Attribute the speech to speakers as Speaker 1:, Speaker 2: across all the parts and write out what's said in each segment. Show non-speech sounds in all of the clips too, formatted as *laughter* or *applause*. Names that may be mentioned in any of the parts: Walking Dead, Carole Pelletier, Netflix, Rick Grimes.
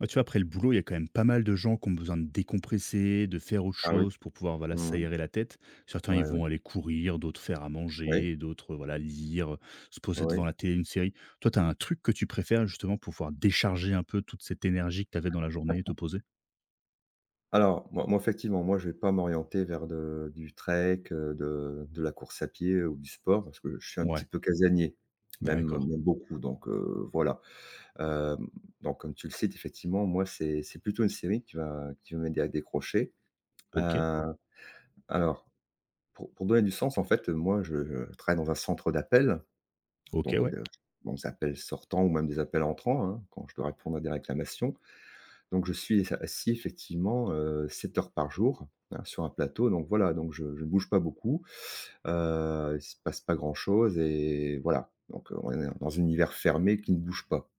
Speaker 1: Ouais, tu vois, après le boulot, il y a quand même pas mal de gens qui ont besoin de décompresser, de faire autre
Speaker 2: Ah oui.
Speaker 1: chose pour pouvoir voilà,
Speaker 2: Mmh mh.
Speaker 1: s'aérer la tête. Certains, ils
Speaker 2: Ouais, oui.
Speaker 1: vont aller courir, d'autres faire à
Speaker 2: Oui,
Speaker 1: manger, d'autres voilà, lire, se poser devant
Speaker 2: oui.
Speaker 1: la télé, une série. Toi, tu as un truc que tu préfères justement pour pouvoir décharger un peu toute cette énergie que tu avais dans la journée et te poser.
Speaker 2: Alors, moi, effectivement, moi, je vais pas m'orienter vers de du trek, de la course à pied ou du sport parce que je suis un petit
Speaker 1: Ouais,
Speaker 2: peu casanier, même,
Speaker 1: d'accord.
Speaker 2: même beaucoup donc, voilà. Hem, donc comme tu le cites, effectivement, moi, c'est plutôt une série qui va m'aider à décrocher.
Speaker 1: Ok,
Speaker 2: Heu, alors, pour donner du sens, en fait, moi, je travaille dans un centre d'appel,
Speaker 1: ok,
Speaker 2: donc,
Speaker 1: ouais.
Speaker 2: dans des appels sortants ou même des appels entrants, hein, quand je dois répondre à des réclamations. Donc je suis assis effectivement, 7 heures par jour, hein, sur un plateau donc voilà, donc je ne bouge pas beaucoup, il se passe pas grand chose et voilà. Donc, on est dans un univers fermé qui ne bouge pas.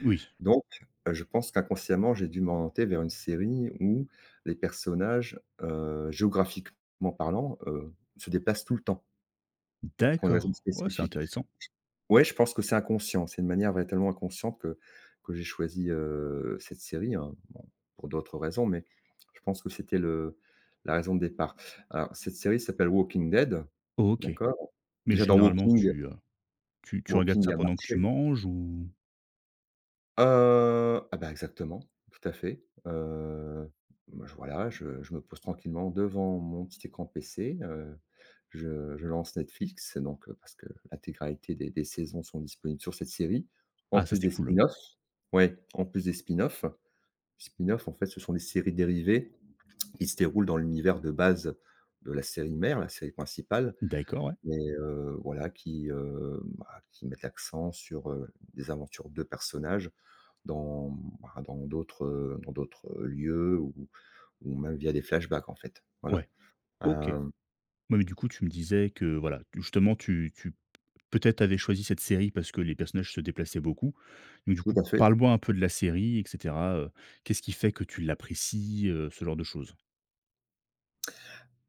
Speaker 1: Oui,
Speaker 2: Donc, je pense qu'inconsciemment, j'ai dû m'orienter vers une série où les personnages, géographiquement parlant, se déplacent tout le temps pour une raison
Speaker 1: d'accord. Ouais, c'est
Speaker 2: spécifique.
Speaker 1: intéressant.
Speaker 2: Ouais, je pense que c'est inconscient. C'est une manière vraiment tellement inconsciente que j'ai choisi, cette série, hein. Bon, pour d'autres raisons, mais je pense que c'était le la raison de départ. Alors cette série s'appelle Walking Dead,
Speaker 1: Ok.
Speaker 2: d'accord?
Speaker 1: Mais
Speaker 2: Déjà dans
Speaker 1: généralement,
Speaker 2: Walking
Speaker 1: tu regardes
Speaker 2: Walking, il y
Speaker 1: ça
Speaker 2: a
Speaker 1: pendant que tu
Speaker 2: marché.
Speaker 1: manges ou...
Speaker 2: Ah bah, exactement, tout à fait, moi je voilà, je me pose tranquillement devant mon petit écran PC, je lance Netflix donc, parce que l'intégralité des saisons sont disponibles sur cette série, en
Speaker 1: Ah, ça,
Speaker 2: plus des
Speaker 1: c'est cool.
Speaker 2: Spin-offs. Ouais, en plus des spin-offs. Spin-offs, en fait, ce sont des séries dérivées qui se déroulent dans l'univers de base de la série mère, la série principale,
Speaker 1: D'accord, ouais.
Speaker 2: mais, voilà qui, bah, qui mettent l'accent sur, les aventures de personnages dans bah, dans d'autres, lieux ou même via des flashbacks, en fait. Voilà.
Speaker 1: Ouais, ok.
Speaker 2: Hem,
Speaker 1: Ouais, mais du coup, tu me disais que voilà, justement, tu peut-être avais choisi cette série parce que les personnages se déplaçaient beaucoup. Donc, du
Speaker 2: Tout
Speaker 1: coup,
Speaker 2: à fait.
Speaker 1: parle-moi un peu de la série, etc. Qu'est-ce qui fait que tu l'apprécies, ce genre de choses?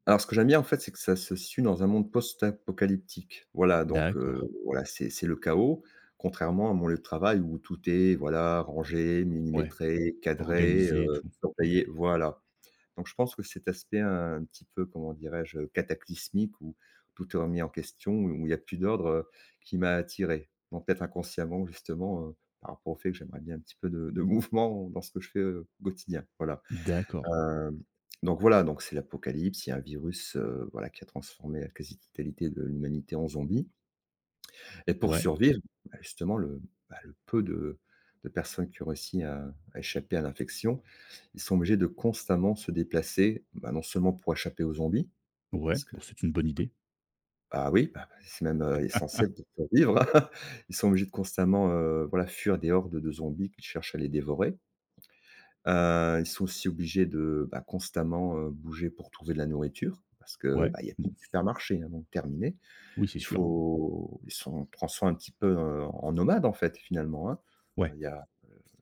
Speaker 2: Alors ce que j'aime bien, en fait, c'est que ça se situe dans un monde post-apocalyptique. Voilà, donc,
Speaker 1: D'accord.
Speaker 2: voilà, c'est le chaos, contrairement à mon lieu de travail où tout est, voilà, rangé,
Speaker 1: Ouais.
Speaker 2: millimétré, cadré,
Speaker 1: Organisé et tout. Hmm.
Speaker 2: surveillé. Voilà. Donc je pense que cet aspect un petit peu, comment dirais-je, cataclysmique où tout est remis en question, où il y a plus d'ordre, qui m'a attiré. Donc peut-être inconsciemment justement, par rapport au fait que j'aimerais bien un petit peu de *laughs* mouvement dans ce que je fais, au quotidien, voilà.
Speaker 1: D'accord.
Speaker 2: Hem, donc voilà, donc c'est l'apocalypse, il y a un virus, voilà qui a transformé la quasi-totalité de l'humanité en zombie. Et pour
Speaker 1: Ouais.
Speaker 2: survivre, bah, justement bah, le peu de personnes qui ont réussi à échapper à l'infection, ils sont obligés de constamment se déplacer, bah, non seulement pour échapper aux zombies,
Speaker 1: Ouais.
Speaker 2: parce que
Speaker 1: Bon, c'est une bonne idée.
Speaker 2: ah oui, bah, c'est même, essentiel pour survivre. *laughs* Ils sont obligés de constamment, voilà, fuir des hordes de zombies qui cherchent à les dévorer. Ils sont aussi obligés de, bah, constamment, bouger pour trouver de la nourriture parce que,
Speaker 1: Ouais.
Speaker 2: bah, il y a plus
Speaker 1: Bon.
Speaker 2: de supermarché, hein, donc terminé.
Speaker 1: Oui, c'est
Speaker 2: Il
Speaker 1: sûr.
Speaker 2: faut Ils sont on soin un petit peu, en nomade, en fait, finalement, hein.
Speaker 1: Ouais.
Speaker 2: Il y a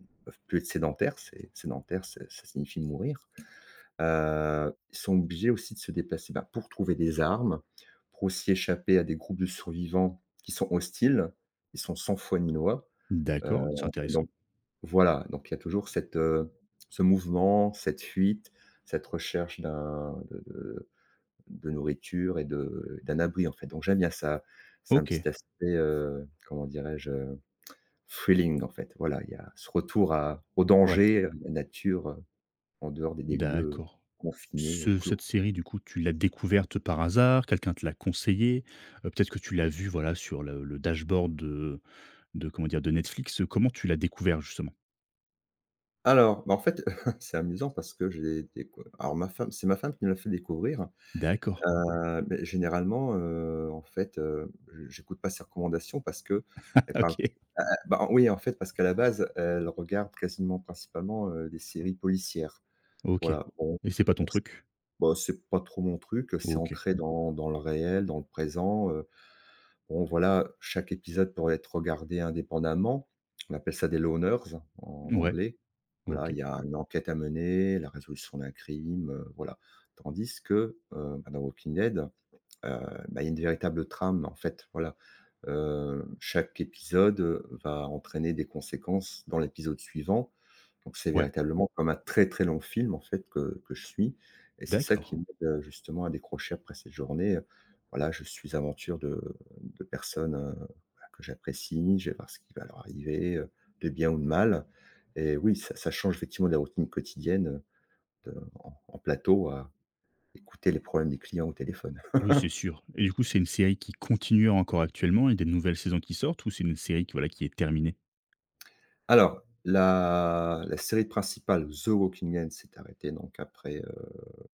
Speaker 2: Ils peuvent plus être sédentaires, c'est sédentaire, c'est ça signifie mourir. Ils sont obligés aussi de se déplacer, bah, pour trouver des armes, pour aussi échapper à des groupes de survivants qui sont hostiles. Ils sont sans foi ni loi, heu,
Speaker 1: D'accord. C'est intéressant.
Speaker 2: donc voilà, donc il y a toujours cette, ce mouvement, cette fuite, cette recherche d'un de nourriture et de d'un abri, en fait, donc j'aime bien ça. C'est un
Speaker 1: Ok.
Speaker 2: petit aspect, comment dirais-je? Thrilling, en fait, voilà, il y a ce retour à au
Speaker 1: Ouais.
Speaker 2: danger, à la nature, en dehors des lieux
Speaker 1: D'accord.
Speaker 2: confinés,
Speaker 1: Ce cette
Speaker 2: clos.
Speaker 1: série, du coup, tu l'as découverte par hasard? Quelqu'un te l'a conseillée? Peut-être que tu l'as vue, voilà, sur le dashboard de comment dire? De Netflix. Comment tu l'as découvert, justement?
Speaker 2: Alors, bah, en fait, *laughs* c'est amusant parce que j'ai décou alors ma femme c'est ma femme qui me l'a fait découvrir,
Speaker 1: D'accord.
Speaker 2: mais généralement, en fait, je j'écoute pas ses recommandations parce qu'elle
Speaker 1: *laughs*
Speaker 2: parle
Speaker 1: OK.
Speaker 2: ah ah, bah, oui, en fait, parce qu'à la base, elle regarde quasiment principalement, des séries policières.
Speaker 1: OK.
Speaker 2: Voilà, bon,
Speaker 1: Et c'est pas ton
Speaker 2: donc c'est
Speaker 1: truc?
Speaker 2: bah, c'est pas trop mon truc, c'est
Speaker 1: OK.
Speaker 2: ancré dans le réel, dans le présent. Bon voilà, chaque épisode pourrait être regardé indépendamment. On appelle ça des loners en
Speaker 1: Ouais.
Speaker 2: anglais. Voilà,
Speaker 1: OK.
Speaker 2: il y a une enquête à mener, la résolution d'un crime, voilà. Tandis que, bah, dans Walking Dead, bah, il y a une véritable trame en fait, voilà. Chaque épisode, va entraîner des conséquences dans l'épisode suivant donc c'est
Speaker 1: Ouais.
Speaker 2: véritablement comme un très, très long film en fait que je suis et c'est ça
Speaker 1: D'accord.
Speaker 2: qui m'aide, justement à décrocher après cette journée. Voilà, je suis aventure de personnes, voilà, que j'apprécie, je vais voir ce qui va leur arriver, de bien ou de mal et oui, ça change effectivement de la routine quotidienne, de en plateau à écouter les problèmes des clients au téléphone.
Speaker 1: Oui, c'est sûr. Et du coup, c'est une série qui continue encore actuellement? Il y a des nouvelles saisons qui sortent? Ou c'est une série qui, voilà, qui est terminée?
Speaker 2: Alors la série principale, The Walking Dead s'est arrêtée donc après,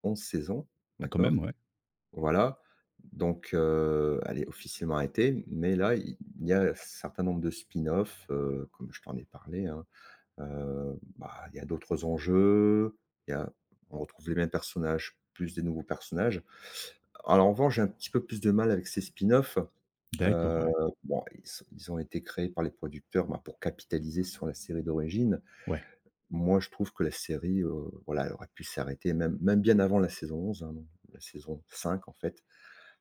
Speaker 2: 11 saisons,
Speaker 1: Ah, quand même,
Speaker 2: d'accord?
Speaker 1: ouais.
Speaker 2: Voilà, donc, elle est officiellement arrêtée, mais là, il y a un certain nombre de spin offs, comme je t'en ai parlé, hein. Bah, il y a d'autres enjeux, il y a on retrouve les mêmes personnages, plus des nouveaux personnages. Alors en revanche, j'ai un petit peu plus de mal avec ces spin offs.
Speaker 1: D'accord,
Speaker 2: Heu,
Speaker 1: ouais.
Speaker 2: bon, ils ont été créés par les producteurs, bah, pour capitaliser sur la série d'origine.
Speaker 1: Ouais.
Speaker 2: Moi, je trouve que la série, voilà, elle aurait pu s'arrêter même bien avant la saison 11, hein, la saison 5 en fait.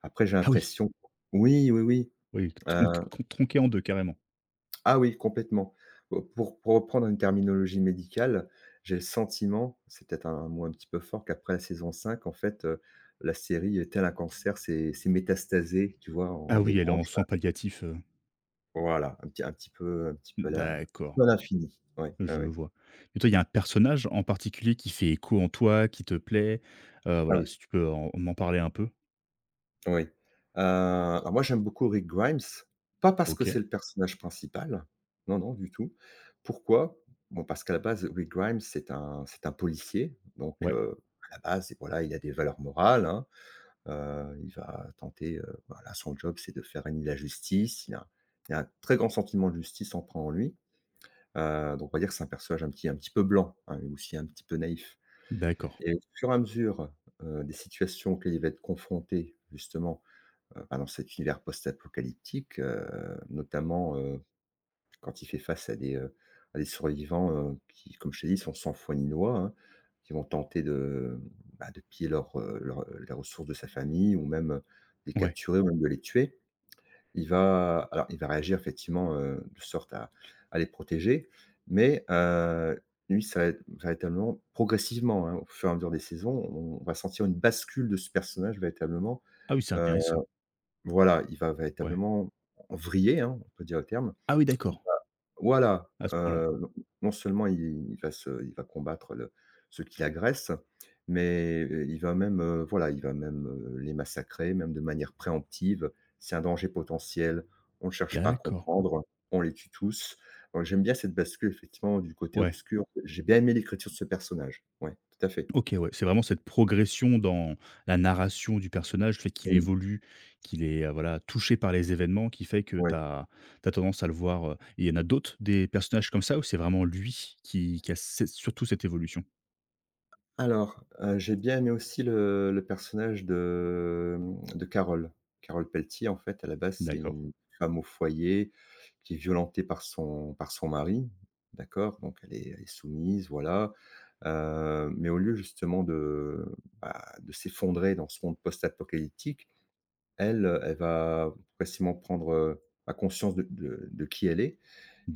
Speaker 2: Après j'ai
Speaker 1: Ah oui!
Speaker 2: l'impression oui, oui, oui,
Speaker 1: Oui,
Speaker 2: heu,
Speaker 1: tronquée en 2, carrément.
Speaker 2: ah oui, complètement. Pour reprendre une terminologie médicale, j'ai le sentiment, c'est peut-être un mot un petit peu fort, qu'après la saison 5, en fait, la série, tel un cancer, s'est métastasée, tu vois? En
Speaker 1: Ah
Speaker 2: en des
Speaker 1: oui, elle est en
Speaker 2: branches,
Speaker 1: soins palliatifs,
Speaker 2: voilà, un petit peu à la un
Speaker 1: D'accord.
Speaker 2: peu à l'infini. Ouais, ouais,
Speaker 1: Je
Speaker 2: ouais.
Speaker 1: vois. Et toi, il y a un personnage en particulier qui fait écho en toi, qui te plaît?
Speaker 2: Ah
Speaker 1: Voilà,
Speaker 2: oui.
Speaker 1: si tu peux en m'en parler un peu?
Speaker 2: Oui. Alors moi j'aime beaucoup Rick Grimes, pas parce que
Speaker 1: OK.
Speaker 2: c'est le personnage principal, non, non, du tout. Pourquoi? Bon, parce qu'à la base, Rick Grimes, c'est un policier, donc,
Speaker 1: Ouais,
Speaker 2: à la base, voilà, il a des valeurs morales, hein. Il va tenter, voilà, son job, c'est de faire régner la justice. Il a un très grand sentiment de justice en prend en lui. Donc on va dire que c'est un personnage un petit peu blanc, hein, mais aussi un petit peu naïf
Speaker 1: d'accord.
Speaker 2: et au fur et à mesure, des situations auxquelles il va être confronté, justement, bah, dans cet univers post-apocalyptique, notamment, quand il fait face à des survivants, qui, comme je t'ai dit, sont sans foi ni loi, hein, qui vont tenter de, bah, de piller les ressources de sa famille ou même, les
Speaker 1: Ouais.
Speaker 2: capturer ou même de les tuer. Il va Alors il va réagir effectivement, de sorte à les protéger, mais, lui, ça va être véritablement progressivement, hein, au fur et à mesure des saisons, on va sentir une bascule de ce personnage véritablement,
Speaker 1: Ah oui, c'est
Speaker 2: heu
Speaker 1: intéressant.
Speaker 2: voilà, il va
Speaker 1: Ouais.
Speaker 2: véritablement vriller, hein, on peut dire le terme.
Speaker 1: Ah oui, d'accord,
Speaker 2: Voilà,
Speaker 1: à ce point-là.
Speaker 2: non seulement il va combattre le ceux qui l'agressent, mais il va même, voilà, il va même, les massacrer, même de manière préemptive. C'est un danger potentiel, on ne cherche pas à
Speaker 1: D'accord.
Speaker 2: comprendre, on les tue tous. Donc j'aime bien cette bascule effectivement du côté
Speaker 1: Ouais.
Speaker 2: obscur. J'ai bien aimé l'écriture de ce personnage. Ouais, tout à fait.
Speaker 1: OK, ouais, c'est vraiment cette progression dans la narration du personnage, le fait qu'il
Speaker 2: Oui.
Speaker 1: évolue, qu'il est, voilà, touché par les événements qui fait que tu
Speaker 2: Ouais.
Speaker 1: as tendance à le voir, il y en a d'autres des personnages comme ça ou c'est vraiment lui qui a cette surtout cette évolution?
Speaker 2: Alors, j'ai bien aimé aussi le personnage de Carole. Carole Pelletier, en fait, à la base, c'est
Speaker 1: D'accord.
Speaker 2: une femme au foyer qui est violentée par son mari, d'accord? Donc elle est soumise, voilà, mais au lieu justement bah, de s'effondrer dans ce monde post-apocalyptique, elle va progressivement prendre, bah, conscience de qui elle est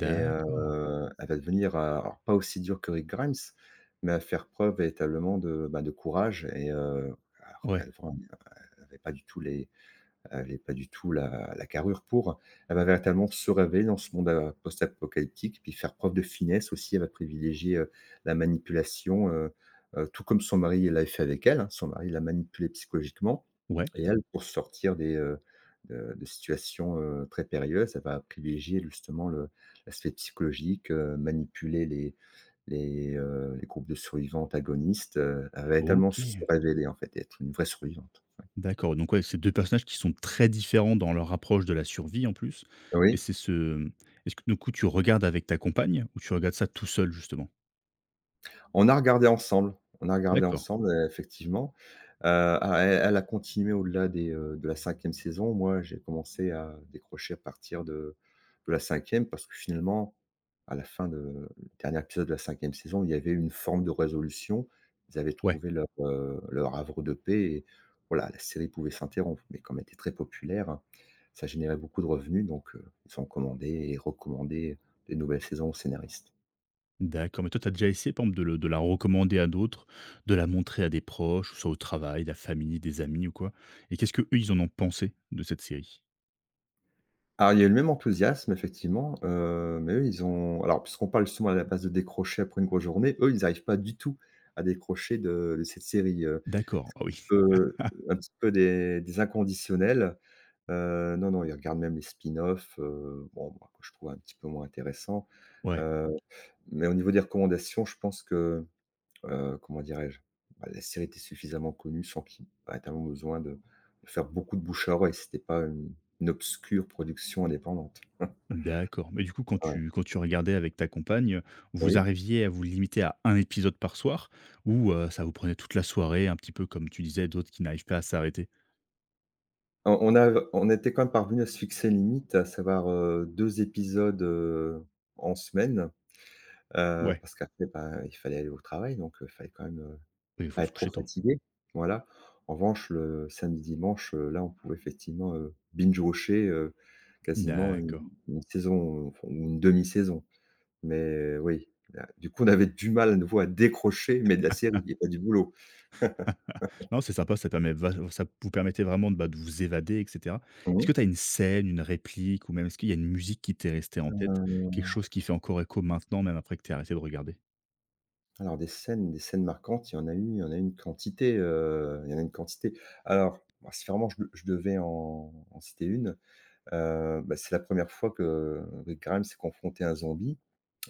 Speaker 2: et, elle va devenir, alors pas aussi dure que Rick Grimes, mais à faire preuve véritablement bah, de courage et, alors
Speaker 1: Ouais.
Speaker 2: qu'avant, elle avait pas du tout les elle n'est pas du tout la carrure pour. Elle va véritablement se révéler dans ce monde, post-apocalyptique, puis faire preuve de finesse aussi. Elle va privilégier, la manipulation, tout comme son mari l'a fait avec elle, hein. Son mari l'a manipulée psychologiquement
Speaker 1: Ouais,
Speaker 2: et elle, pour sortir des, de situations, très périlleuses, elle va privilégier justement le l'aspect psychologique, manipuler les groupes de survivants antagonistes, Elle va véritablement se
Speaker 1: OK,
Speaker 2: révéler en fait et être une vraie survivante. Ouais.
Speaker 1: d'accord, donc ouais, c'est 2 personnages qui sont très différents dans leur approche de la survie en plus et
Speaker 2: Oui?
Speaker 1: c'est ce, est-ce que du coup tu regardes avec ta compagne ou tu regardes ça tout seul justement?
Speaker 2: On a regardé ensemble, on a regardé
Speaker 1: D'accord,
Speaker 2: ensemble, effectivement. Alors elle a continué au-delà des, de la cinquième saison. Moi, j'ai commencé à décrocher à partir de la cinquième parce que finalement, à la fin de du dernier épisode de la cinquième saison, il y avait une forme de résolution. Ils avaient
Speaker 1: ouais,
Speaker 2: trouvé leur, leur havre de paix et voilà, la série pouvait s'interrompre. Mais comme elle était très populaire, ça générait beaucoup de revenus donc, ils ont commandé et recommandé des nouvelles saisons aux scénaristes.
Speaker 1: d'accord, mais toi tu as déjà essayé par exemple de la recommander à d'autres, de la montrer à des proches, soit au travail, la famille, des amis ou quoi? Et qu'est-ce que eux ils en ont pensé de cette série?
Speaker 2: Alors, il y a eu le même enthousiasme effectivement, mais eux, ils ont alors puisqu'on parle justement à la base de décrocher après une grosse journée, eux, ils n'arrivent pas du tout à décrocher de cette série,
Speaker 1: D'accord,
Speaker 2: c'est
Speaker 1: ah oui,
Speaker 2: un petit peu des inconditionnels. Non, non, ils regardent même les spin offs bon, moi, que je trouve un petit peu moins intéressant.
Speaker 1: ouais.
Speaker 2: Heu, mais au niveau des recommandations, je pense que, comment dirais-je? Bah, la série était suffisamment connue sans qu'il y ait tellement besoin de faire beaucoup de bouche à oreille. C'était pas une une obscure production indépendante.
Speaker 1: D'accord. Mais du coup,
Speaker 2: Ouais,
Speaker 1: quand tu regardais avec ta compagne, vous
Speaker 2: oui.
Speaker 1: arriviez à vous limiter à un épisode par soir ou, ça vous prenait toute la soirée, un petit peu comme tu disais, d'autres qui n'arrivent pas à s'arrêter?
Speaker 2: On était quand même parvenu à se fixer une limite, à savoir, 2 épisodes, en semaine,
Speaker 1: Ouais,
Speaker 2: parce qu'après, bah, il fallait aller au travail, donc il fallait quand même,
Speaker 1: oui, il faut
Speaker 2: pas
Speaker 1: se
Speaker 2: être trop
Speaker 1: coucher tôt.
Speaker 2: fatigué, voilà. En revanche, le samedi, dimanche, là, on pouvait effectivement, binge watcher, quasiment
Speaker 1: D'accord.
Speaker 2: une saison, enfin, ou une demi-saison. Mais oui, là, du coup, on avait du mal à nouveau à décrocher, mais de la série et pas du boulot.
Speaker 1: *laughs* Non, c'est sympa, ça vous permettait vraiment de, bah, de vous évader et cetera. Est-ce
Speaker 2: Mmh.
Speaker 1: que tu as une scène, une réplique ou même est-ce qu'il y a une musique qui t'est restée en tête? Quelque
Speaker 2: Euh,
Speaker 1: chose qui fait encore écho maintenant, même après que tu arrêté de regarder?
Speaker 2: alors des scènes marquantes, il y en a eu il y en a une quantité, il y en a une quantité. Alors, bah, si vraiment je devais en en citer une, bah, c'est la première fois que Rick Grimes s'est confronté à un zombie,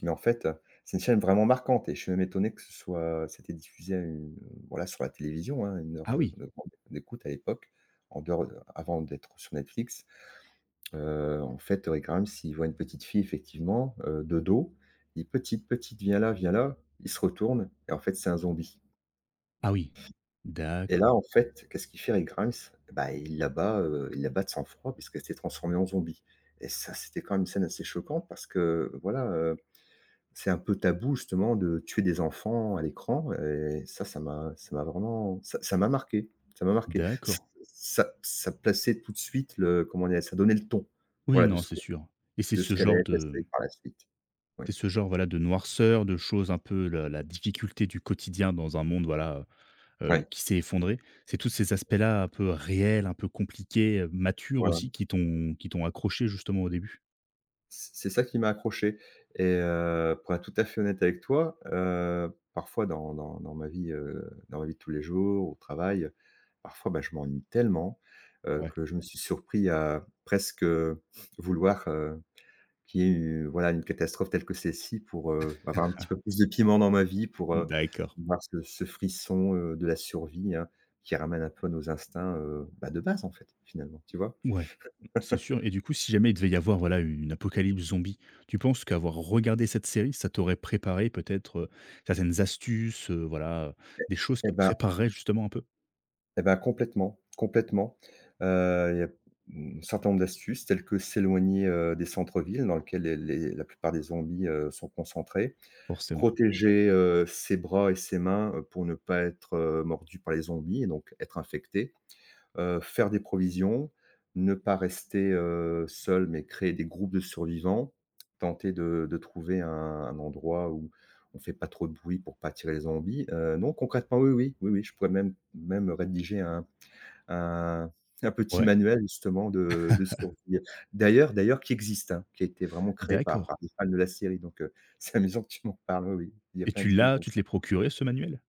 Speaker 2: mais en fait, c'est une scène vraiment marquante et je suis même étonné que ce soit c'était diffusé à une voilà, sur la télévision, hein, 1 heure
Speaker 1: Ah
Speaker 2: de
Speaker 1: oui!
Speaker 2: de grande écoute à l'époque, en dehors de avant d'être sur Netflix. En fait, oui, quand s'il voit une petite fille effectivement, de dos, il dit: «Petite, petite, viens là, viens là». Il se retourne et en fait, c'est un zombie
Speaker 1: Ah oui!
Speaker 2: et
Speaker 1: D'accord,
Speaker 2: là, en fait, qu'est-ce qu'il fait, Rick Grimes? Bah, il l'abat de sang-froid puisqu'elle s'est transformée en zombie et ça, c'était quand même une scène assez choquante parce que, voilà, c'est un peu tabou justement de tuer des enfants à l'écran et ça, ça m'a vraiment ça ça m'a marqué, ça m'a marqué. Ç
Speaker 1: d'accord.
Speaker 2: ça ça plaçait tout de suite le comment dire? Ça donnait le ton,
Speaker 1: Oui,
Speaker 2: voilà, de
Speaker 1: non,
Speaker 2: ce
Speaker 1: c'est
Speaker 2: qu'on
Speaker 1: sûr et c'est
Speaker 2: de ce
Speaker 1: ce
Speaker 2: qu'allait
Speaker 1: genre
Speaker 2: être la
Speaker 1: de.
Speaker 2: série par la suite. Oui,
Speaker 1: C'est ce genre, voilà, de noirceur, de choses un peu la difficulté du quotidien dans un monde, voilà, heu
Speaker 2: ouais,
Speaker 1: qui s'est effondré. C'est tous ces aspects-là un peu réels, un peu compliqués, matures
Speaker 2: voilà.
Speaker 1: aussi qui t'ont accroché justement au début?
Speaker 2: C'est ça qui m'a accroché et pour être tout à fait honnête avec toi, parfois dans ma vie, dans ma vie de tous les jours, au travail, parfois, bah, je m'ennuie tellement,
Speaker 1: Ouais,
Speaker 2: que je me suis surpris à presque, vouloir, qu'il y ait eu voilà une catastrophe telle que celle-ci pour, avoir un petit peu plus de piment dans ma vie pour,
Speaker 1: d'accord.
Speaker 2: avoir ce ce frisson, de la survie, hein, qui ramène un peu à nos instincts, bah, de base en fait, finalement, tu vois?
Speaker 1: Ouais, c'est sûr et du coup, si jamais il devait y avoir, voilà, une apocalypse zombie, tu penses qu'avoir regardé cette série, ça t'aurait préparé peut-être, certaines astuces, voilà, des choses
Speaker 2: Eh
Speaker 1: qui te
Speaker 2: ben,
Speaker 1: prépareraient justement un peu?
Speaker 2: eh ben complètement, complètement. Il y a un certain nombre d'astuces telles que s'éloigner, des centres-villes dans lesquels les la plupart des zombies, sont concentrés.
Speaker 1: Forcément.
Speaker 2: Protéger, ses bras et ses mains, pour ne pas être, mordu par les zombies et donc être infecté faire des provisions, ne pas rester, seul, mais créer des groupes de survivants, tenter de trouver un endroit où on fait pas trop de bruit pour pas attirer les zombies. Non, concrètement, oui, oui, oui, oui, je pourrais même même rédiger un un petit
Speaker 1: Ouais,
Speaker 2: manuel justement de survie. D'ailleurs qui existe, hein, qui a été vraiment créé par
Speaker 1: d'accord
Speaker 2: par des fans de la série, donc *laughs* c'est amusant que tu m'en parles, oui, oui. Il y a
Speaker 1: et
Speaker 2: plein d'idées comme
Speaker 1: tu
Speaker 2: ça.
Speaker 1: te l'es procuré ce manuel?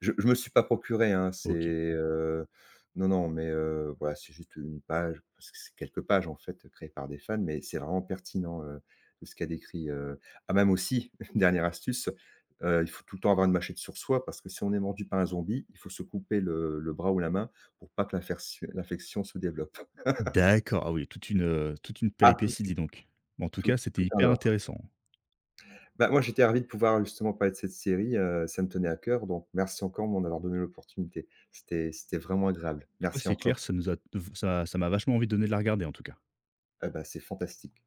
Speaker 2: Je me suis pas procuré, hein, c'est,
Speaker 1: OK.
Speaker 2: non, non, mais voilà, c'est juste une page, parce que c'est quelques pages, en fait, créées par des fans, mais c'est vraiment pertinent, tout ce qu'a décrit, ah, même aussi, *laughs* dernière astuce, il faut tout le temps avoir une machette sur soi parce que si on est mordu par un zombie, il faut se couper le bras ou la main pour pas que l'infection se développe. *laughs*
Speaker 1: D'accord, ah oui, toute une
Speaker 2: Ah, tout de
Speaker 1: péripétie,
Speaker 2: suite,
Speaker 1: dis donc. Bon, en tout cas,
Speaker 2: tout
Speaker 1: c'était
Speaker 2: tout un
Speaker 1: hyper
Speaker 2: lore.
Speaker 1: intéressant.
Speaker 2: Bah, moi, j'étais ravi de pouvoir justement parler de cette série, ça me tenait à cœur, donc merci encore de m'en avoir donné l'opportunité. C'était vraiment agréable.
Speaker 1: Ouais,
Speaker 2: Merci
Speaker 1: c'est clair,
Speaker 2: encore.
Speaker 1: ça nous a ça ça m'a vachement envie de donner de la regarder, en tout cas.
Speaker 2: Ah bah, c'est fantastique.